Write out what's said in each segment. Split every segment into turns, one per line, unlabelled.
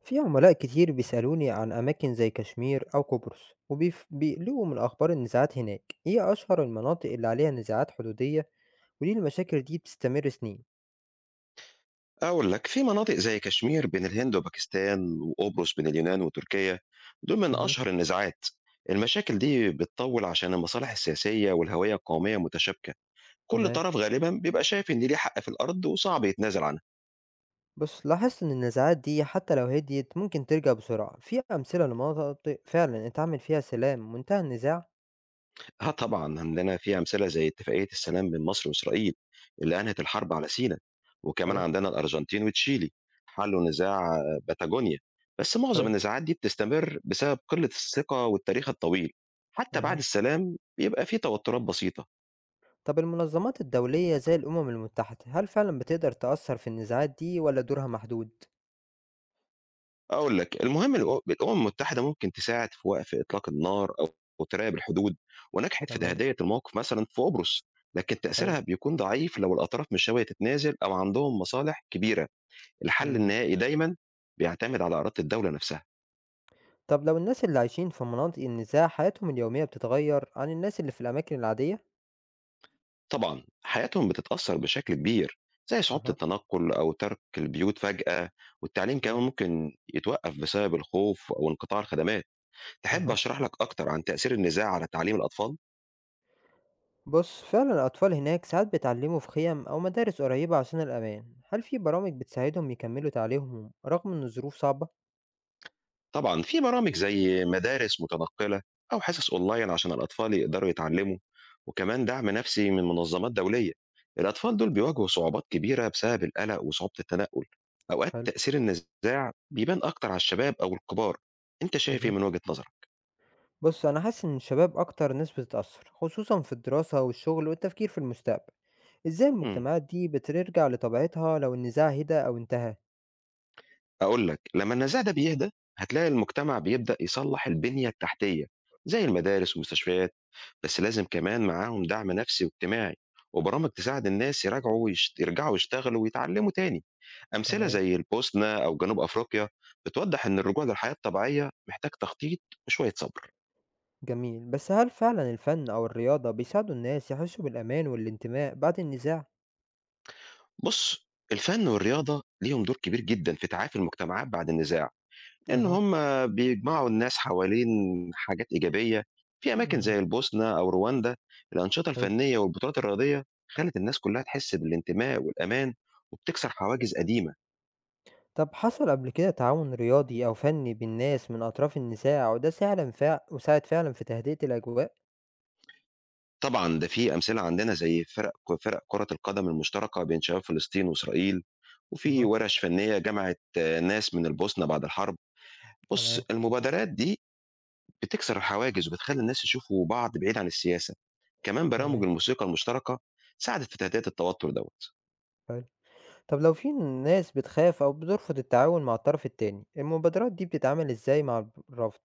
في عملاء كتير بيسألوني عن أماكن زي كشمير أو قبرص وبيقلقوا من أخبار النزاعات هناك، إيه أشهر المناطق اللي عليها نزاعات حدودية وليه المشاكل دي بتستمر سنين؟
أقول لك في مناطق زي كشمير بين الهند وباكستان وقبرص بين اليونان وتركيا، دول من
مهم.
أشهر النزاعات. المشاكل دي بتطول عشان المصالح السياسية والهوية القومية متشابكة، كل
تمام.
طرف غالبا بيبقى شايف إن ليه حق في الأرض وصعب يتنازل عنه.
بص لاحظت إن النزاعات دي حتى لو هديت ممكن ترجع بسرعة، في أمثلة لمناطق فعلا اتعمل فيها سلام منتهى النزاع؟
آه طبعًا، عندنا في أمثلة زي اتفاقية السلام بين مصر وإسرائيل اللي أنهت الحرب على سينا، وكمان
حلو.
عندنا الأرجنتين وتشيلي حلّوا نزاع باتاجونيا، بس معظم
حلو.
النزاعات دي بتستمر بسبب قلة الثقة والتاريخ الطويل، حتى بعد
أها.
السلام بيبقى في توترات بسيطة.
طب المنظمات الدولية زي الأمم المتحدة هل فعلا بتقدر تأثر في النزاعات دي ولا دورها محدود؟
أقول لك المهم الأمم المتحدة ممكن تساعد في وقف إطلاق النار أو تراقب الحدود، ونجحت في
تمام.
تهدئة الموقف مثلًا في قبرص، لكن
حلو.
تأثيرها بيكون ضعيف لو الأطراف مش ناوية تتنازل أو عندهم مصالح كبيرة. الحل
مم.
النهائي دايمًا بيعتمد على إرادة الدولة نفسها.
طب لو الناس اللي عايشين في مناطق النزاع حياتهم اليومية بتتغير عن الناس اللي في الأماكن العادية؟
طبعًا حياتهم بتتأثّر بشكل كبير، زي صعوبة
أها.
التنقل أو ترك البيوت فجأة، والتعليم كمان
تمام.
ممكن يتوقّف بسبب الخوف أو انقطاع الخدمات. تحب
أها.
أشرح لك أكتر عن تأثير النزاع على تعليم الأطفال؟
بص فعلا الأطفال هناك ساعات بيتعلموا في خيم أو مدارس قريبة عشان الأمان، هل في برامج بتساعدهم يكملوا تعليمهم رغم إن الظروف صعبة؟
طبعًا في برامج زي مدارس متنقّلة أو حصص أونلاين عشان الأطفال يقدروا يتعلموا، وكمان دعم نفسي من منظمات دولية. الأطفال دول بيواجهوا صعوبات كبيرة بسبب القلق وصعوبة التنقُّل، أوقات
حلو.
تأثير النزاع بيبان أكتر على الشباب أو الكبار. أنت شايف إيه
أها.
من وجهة نظرك؟
بص أنا حاسس إن الشباب أكتر ناس بتتأثر خصوصا في الدراسة والشغل والتفكير في المستقبل. إزاي
إمم.
المجتمعات دي بترجع لطبيعتها لو النزاع هدى أو انتهى؟
هاقول لك، لمّا النزاع ده بيهدى هتلاقي المجتمع بيبدأ يصلّح البنية التحتية، زي المدارس والمستشفيات. بس لازم كمان معاهم دعم نفسي واجتماعي وبرامج تساعد الناس يراجعوا يرجعوا يشتغلوا ويتعلموا تاني. أمثلة
تمام.
زي البوسنة أو جنوب أفريقيا بتوضح إن الرجوع للحياة الطبيعية محتاج تخطيط وشوية صبر.
جميل، بس هل فعلًا الفن أو الرياضة بيساعدوا الناس يحسّوا بالأمان والانتماء بعد النزاع؟
بص، الفن والرياضة ليهم دور كبير جدا في تعافي المجتمعات بعد النزاع، إن
أها.
هم بيجمعوا الناس حوالين حاجات إيجابية. في أماكن
إمم.
زي البوسنة أو رواندا الأنشطة
حلو.
الفنية والبطولات الرياضية خلت الناس كلها تحس بالانتماء والأمان، وبتكسر حواجز قديمة.
طب حصل قبل كده تعاون رياضي أو فني بين ناس من أطراف النزاع وده فعلًا وساعد فعلًا في تهدئة الأجواء؟
طبعًا، ده في أمثلة عندنا زي فرق كرة القدم المشتركة بين شباب فلسطين وإسرائيل، وفي
أها.
ورش فنية جمعت ناس من البوسنة بعد الحرب. بُص،
تمام.
المبادرات دي بتكسر الحواجز وبتخلّي الناس يشوفوا بعض بعيد عن السياسة. كمان برامج
تمام.
الموسيقى المشتركة ساعدت في تهدئة التوتر دوّة.
حلو. طب لو في ناس بتخاف أو بترفض التعاون مع الطرف التاني، المبادرات دي بتتعامل إزاي مع الرفض؟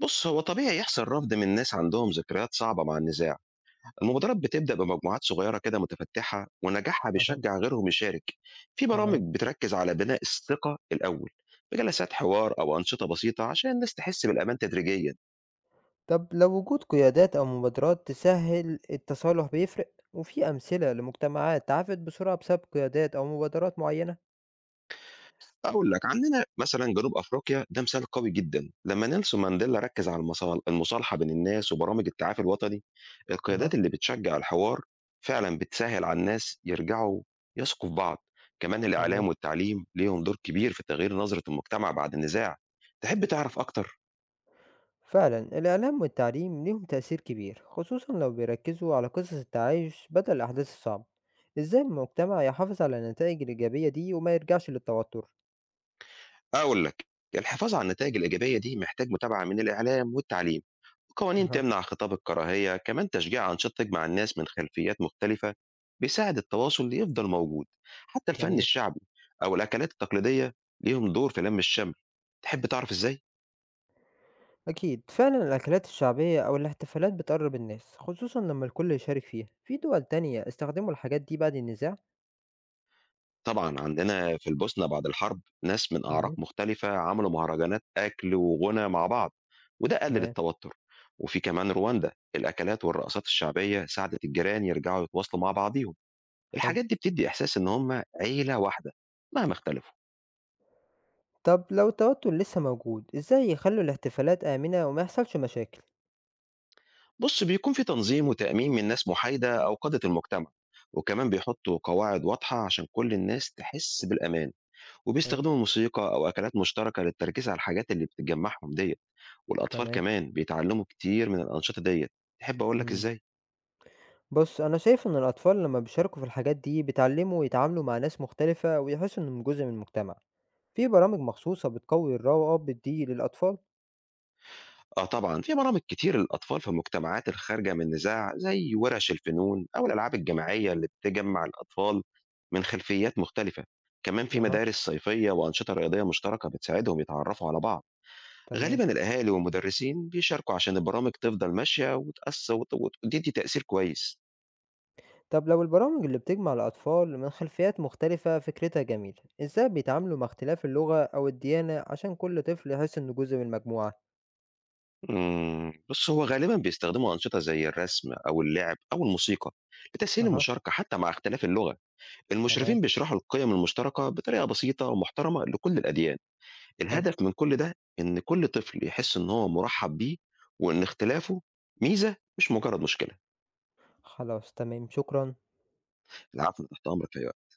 بُص، هو طبيعي يحصل رفض من ناس عندهم ذكريات صعبة مع النزاع. المبادرات بتبدأ بمجموعات صغيرة كده متفتحة ونجاحها
أها.
بيشجع غيرهم يشارك. في برامج
تمام.
بتركز على بناء الثقة الأول بجلسات حوار أو أنشطة بسيطة عشان الناس تحس بالأمان تدريجيا.
طب لو وجود قيادات أو مبادرات تسهل التصالح بيفرق؟ وفي أمثلة لمجتمعات تعافت بسرعة بسبب قيادات أو مبادرات معينة؟
أقول لك عندنا مثلا جنوب أفريقيا ده مثال قوي جدا لما نيلسون مانديلا ركز على المصالحة بين الناس وبرامج التعافي الوطني.
أها.
القيادات اللي بتشجع الحوار فعلا بتسهل على الناس يرجعوا يثقوا في بعض. كمان
تمام.
الإعلام والتعليم ليهم دور كبير في تغيير نظرة المجتمع بعد النزاع. تحب تعرف أكتر؟
فعلا الإعلام والتعليم ليهم تأثير كبير خصوصا لو بيركزوا على قصص التعايش بدل الأحداث الصعبة. إزاي المجتمع يحافظ على النتائج الإيجابية دي وما يرجعش للتوتر؟
أقول لك، الحفاظ على النتائج الإيجابية دي محتاج متابعة من الإعلام والتعليم، وقوانين
أها.
تمنع خطاب الكراهية، كمان تشجيع أنشطة تجمع الناس من خلفيات مختلفة بيساعد التواصل يفضل موجود، حتى الفن
جميل.
الشعبي أو الأكلات التقليدية ليهم دور في لم الشمل. تحب تعرف إزاي؟
أكيد فعلا الأكلات الشعبية أو الاحتفالات بتقرب الناس خصوصا لما الكل يشارك فيها، في دول تانية استخدموا الحاجات دي بعد النزاع؟
طبعًا عندنا في البوسنة بعد الحرب ناس من أعراق
مهم.
مختلفة عملوا مهرجانات أكل وغنى مع بعض، وده قلل
تمام.
التوتر. وفي كمان رواندا الأكلات والرقصات الشعبية ساعدت الجيران يرجعوا يتواصلوا مع بعضيهم.
حلو.
الحاجات دي بتدّي إحساس إن هم عيلة واحدة مهما اختلفوا.
طب لو التوتر لسه موجود، إزاي يخلّوا الاحتفالات آمنة وما يحصلش مشاكل؟
بُص، بيكون في تنظيم وتأمين من ناس مُحايدة أو قادة المجتمع، وكمان بيحطّوا قواعد واضحة عشان كل الناس تحس بالأمان،
حلو.
وبيستخدموا موسيقى أو أكلات مشتركة للتركيز على الحاجات اللي بتجمّعهم ديّة، والأطفال
تمام.
كمان بيتعلّموا كتير من الأنشطة ديّة. تحب أقول لك
امم.
إزاي؟
بُص، أنا شايف إن الأطفال لمّا بيشاركوا في الحاجات دي بيتعلموا يتعاملوا مع ناس مختلفة ويحسوا إنهم جزء من المجتمع. في برامج مخصوصة بتقوي الروابط دي للأطفال؟
آه طبعًا، في برامج كتير للأطفال في المجتمعات الخارجة من نزاع، زي ورش الفنون أو الألعاب الجماعية اللي بتجمّع الأطفال من خلفيات مختلفة. كمان في
أها.
مدارس صيفية وأنشطة رياضية مشتركة بتساعدهم يتعرّفوا على بعض.
تمام.
غالبًا الأهالي والمدرسين بيشاركوا عشان البرامج تفضل ماشية وتأث وت وت وتدّي تأثير كويس.
طب لو البرامج اللي بتجمع الأطفال من خلفيات مختلفة فكرتها جميلة، إزاي بيتعاملوا مع اختلاف اللغة أو الديانة عشان كل طفل يحس إنه جزء من المجموعة؟
بُص، هو غالبًا بيستخدموا أنشطة زي الرسم أو اللعب أو الموسيقى لتسهيل
أها.
المشاركة حتى مع اختلاف اللغة.
تمام.
المشرفين بيشرحوا القيم المشتركة بطريقة بسيطة ومحترمة لكل الأديان.
حلو.
الهدف من كل ده إن كل طفل يحس إن هو مُرحّب بيه، وإن اختلافه ميزة مش مجرد مشكلة.
خلاص تمام، شكرًا.
العفو، أنا تحت أمرك في أي وقت.